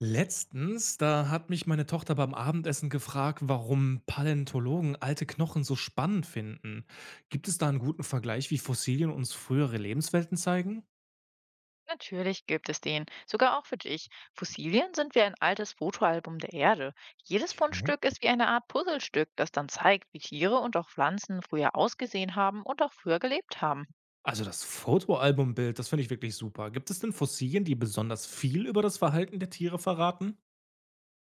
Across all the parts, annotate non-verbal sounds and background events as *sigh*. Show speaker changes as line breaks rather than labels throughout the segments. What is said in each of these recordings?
Letztens, da hat mich meine Tochter beim Abendessen gefragt, warum Paläontologen alte Knochen so spannend finden. Gibt es da einen guten Vergleich, wie Fossilien uns frühere Lebenswelten zeigen?
Natürlich gibt es den, sogar auch für dich. Fossilien sind wie ein altes Fotoalbum der Erde. Jedes
Okay.
Fundstück ist wie eine Art Puzzlestück, das dann zeigt, wie Tiere und auch Pflanzen früher ausgesehen haben und auch früher gelebt haben.
Also das Fotoalbumbild, das finde ich wirklich super. Gibt es denn Fossilien, die besonders viel über das Verhalten der Tiere verraten?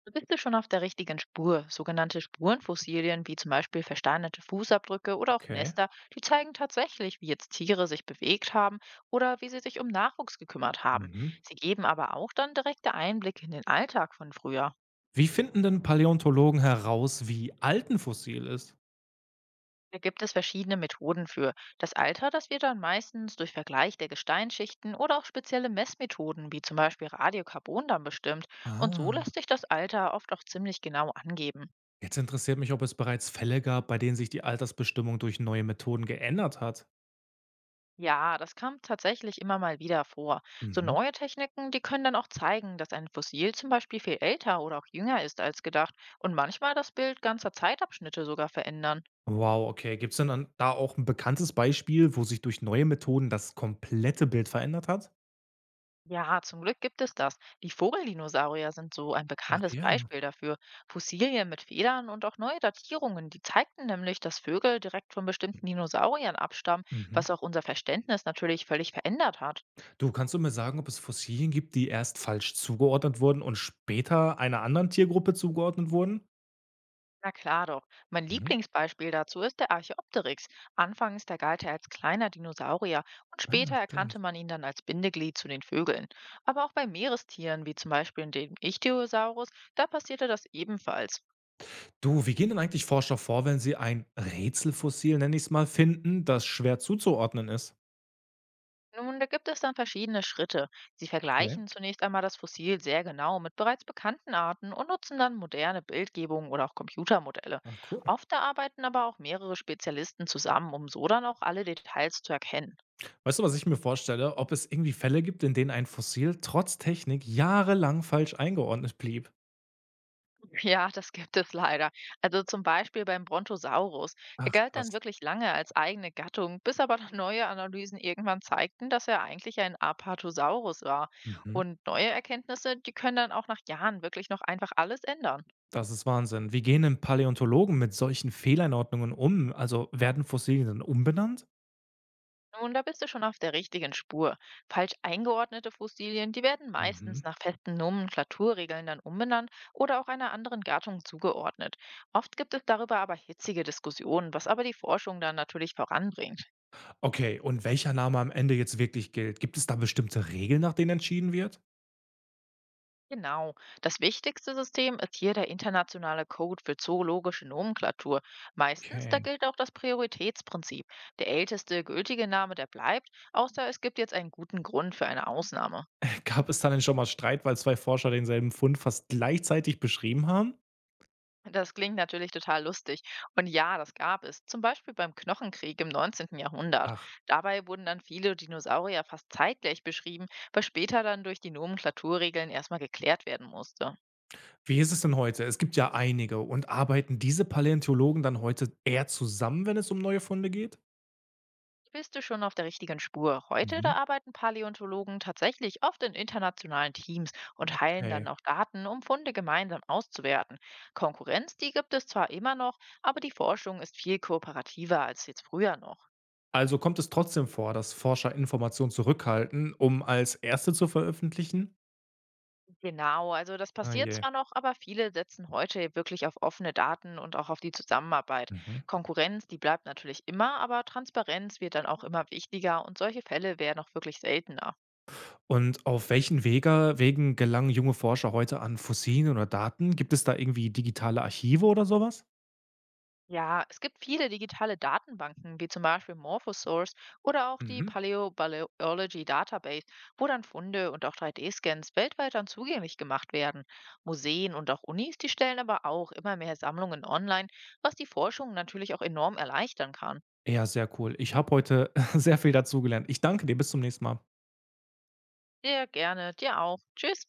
Da bist du schon auf der richtigen Spur. Sogenannte Spurenfossilien, wie zum Beispiel versteinerte Fußabdrücke oder auch
Okay.
Nester, die zeigen tatsächlich, wie jetzt Tiere sich bewegt haben oder wie sie sich um Nachwuchs gekümmert haben.
Mhm.
Sie geben aber auch dann direkte Einblicke in den Alltag von früher.
Wie finden denn Paläontologen heraus, wie alt ein Fossil ist?
Da gibt es verschiedene Methoden für. Das Alter, das wird dann meistens durch Vergleich der Gesteinsschichten oder auch spezielle Messmethoden, wie zum Beispiel Radiokarbon, dann bestimmt. Und so
Ah.
lässt sich das Alter oft auch ziemlich genau angeben.
Jetzt interessiert mich, ob es bereits Fälle gab, bei denen sich die Altersbestimmung durch neue Methoden geändert hat.
Ja, das kam tatsächlich immer mal wieder vor. So
Mhm.
neue Techniken, die können dann auch zeigen, dass ein Fossil zum Beispiel viel älter oder auch jünger ist als gedacht und manchmal das Bild ganzer Zeitabschnitte sogar verändern.
Wow, okay. Gibt es denn dann da auch ein bekanntes Beispiel, wo sich durch neue Methoden das komplette Bild verändert hat?
Ja, zum Glück gibt es das. Die Vogeldinosaurier sind so ein
Ach
bekanntes
ja.
Beispiel dafür. Fossilien mit Federn und auch neue Datierungen, die zeigten nämlich, dass Vögel direkt von bestimmten Dinosauriern abstammen,
Mhm.
was auch unser Verständnis natürlich völlig verändert hat.
Du, kannst du mir sagen, ob es Fossilien gibt, die erst falsch zugeordnet wurden und später einer anderen Tiergruppe zugeordnet wurden?
Na klar doch. Mein
Mhm.
Lieblingsbeispiel dazu ist der Archaeopteryx. Anfangs, da galt er als kleiner Dinosaurier und
Ah,
später erkannte
stimmt.
man ihn dann als Bindeglied zu den Vögeln. Aber auch bei Meerestieren, wie zum Beispiel dem Ichthyosaurus, da passierte das ebenfalls.
Du, wie gehen denn eigentlich Forscher vor, wenn sie ein „Rätselfossil“, nenne ich es mal, finden, das schwer zuzuordnen ist?
Nun, da gibt es dann verschiedene Schritte. Sie
Okay.
vergleichen zunächst einmal das Fossil sehr genau mit bereits bekannten Arten und nutzen dann moderne Bildgebungen oder auch Computermodelle.
Ah, cool.
Oft arbeiten aber auch mehrere Spezialisten zusammen, um so dann auch alle Details zu erkennen.
Weißt du, was ich mir vorstelle? Ob es irgendwie Fälle gibt, in denen ein Fossil trotz Technik jahrelang falsch eingeordnet blieb?
*laughs* Ja, das gibt es leider. Also zum Beispiel beim Brontosaurus. Er
Ach
galt dann
krass.
wirklich lange als eigene Gattung, bis aber dann neue Analysen irgendwann zeigten, dass er eigentlich ein Apatosaurus war.
Mhm.
Und neue Erkenntnisse, die können dann auch nach Jahren wirklich noch einfach alles ändern.
Das ist Wahnsinn. Wie gehen denn Paläontologen mit solchen Fehleinordnungen um? Also werden Fossilien dann umbenannt?
Nun, da bist du schon auf der richtigen Spur. Falsch eingeordnete Fossilien, die werden meistens
Mhm.
nach festen Nomenklaturregeln dann umbenannt oder auch einer anderen Gattung zugeordnet. Oft gibt es darüber aber hitzige Diskussionen, was aber die Forschung dann natürlich voranbringt.
Okay, und welcher Name am Ende jetzt wirklich gilt? Gibt es da bestimmte Regeln, nach denen entschieden wird?
Genau, das wichtigste System ist hier der internationale Code für zoologische Nomenklatur. Meistens, da
Okay.
gilt auch das Prioritätsprinzip. Der älteste gültige Name, der bleibt, außer es gibt jetzt einen guten Grund für eine Ausnahme.
Gab es da denn schon mal Streit, weil zwei Forscher denselben Fund fast gleichzeitig beschrieben haben?
Das klingt natürlich total lustig. Und ja, das gab es. Zum Beispiel beim Knochenkrieg im 19. Jahrhundert.
Ach,
Dabei wurden dann viele Dinosaurier fast zeitgleich beschrieben, was später dann durch die Nomenklaturregeln erstmal geklärt werden musste.
wie ist es denn heute? Es gibt ja einige. Und arbeiten diese Paläontologen dann heute eher zusammen, wenn es um neue Funde geht?
Bist du schon auf der richtigen Spur? Heute, da
Mhm.
arbeiten Paläontologen tatsächlich oft in internationalen Teams und teilen
Okay.
dann auch Daten, um Funde gemeinsam auszuwerten. Konkurrenz, die gibt es zwar immer noch, aber die Forschung ist viel kooperativer als jetzt früher noch.
Also kommt es trotzdem vor, dass Forscher Informationen zurückhalten, um als erste zu veröffentlichen?
Genau, also das
Ah
passiert
je.
zwar noch, aber viele setzen heute wirklich auf offene Daten und auch auf die Zusammenarbeit.
Mhm.
Konkurrenz, die bleibt natürlich immer, aber Transparenz wird dann auch immer wichtiger und solche Fälle werden auch wirklich seltener.
Und auf welchen Wegen gelangen junge Forscher heute an Fossilien oder Daten? Gibt es da irgendwie digitale Archive oder sowas?
Ja, es gibt viele digitale Datenbanken, wie zum Beispiel Morphosource oder auch die
Mhm.
Paleobiology Database, wo dann Funde und auch 3D-Scans weltweit dann zugänglich gemacht werden. Museen und auch Unis, die stellen aber auch immer mehr Sammlungen online, was die Forschung natürlich auch enorm erleichtern kann.
Ja, sehr cool. Ich habe heute *laughs* sehr viel dazugelernt. Ich danke dir. Bis zum nächsten Mal.
Sehr gerne. Dir auch. Tschüss.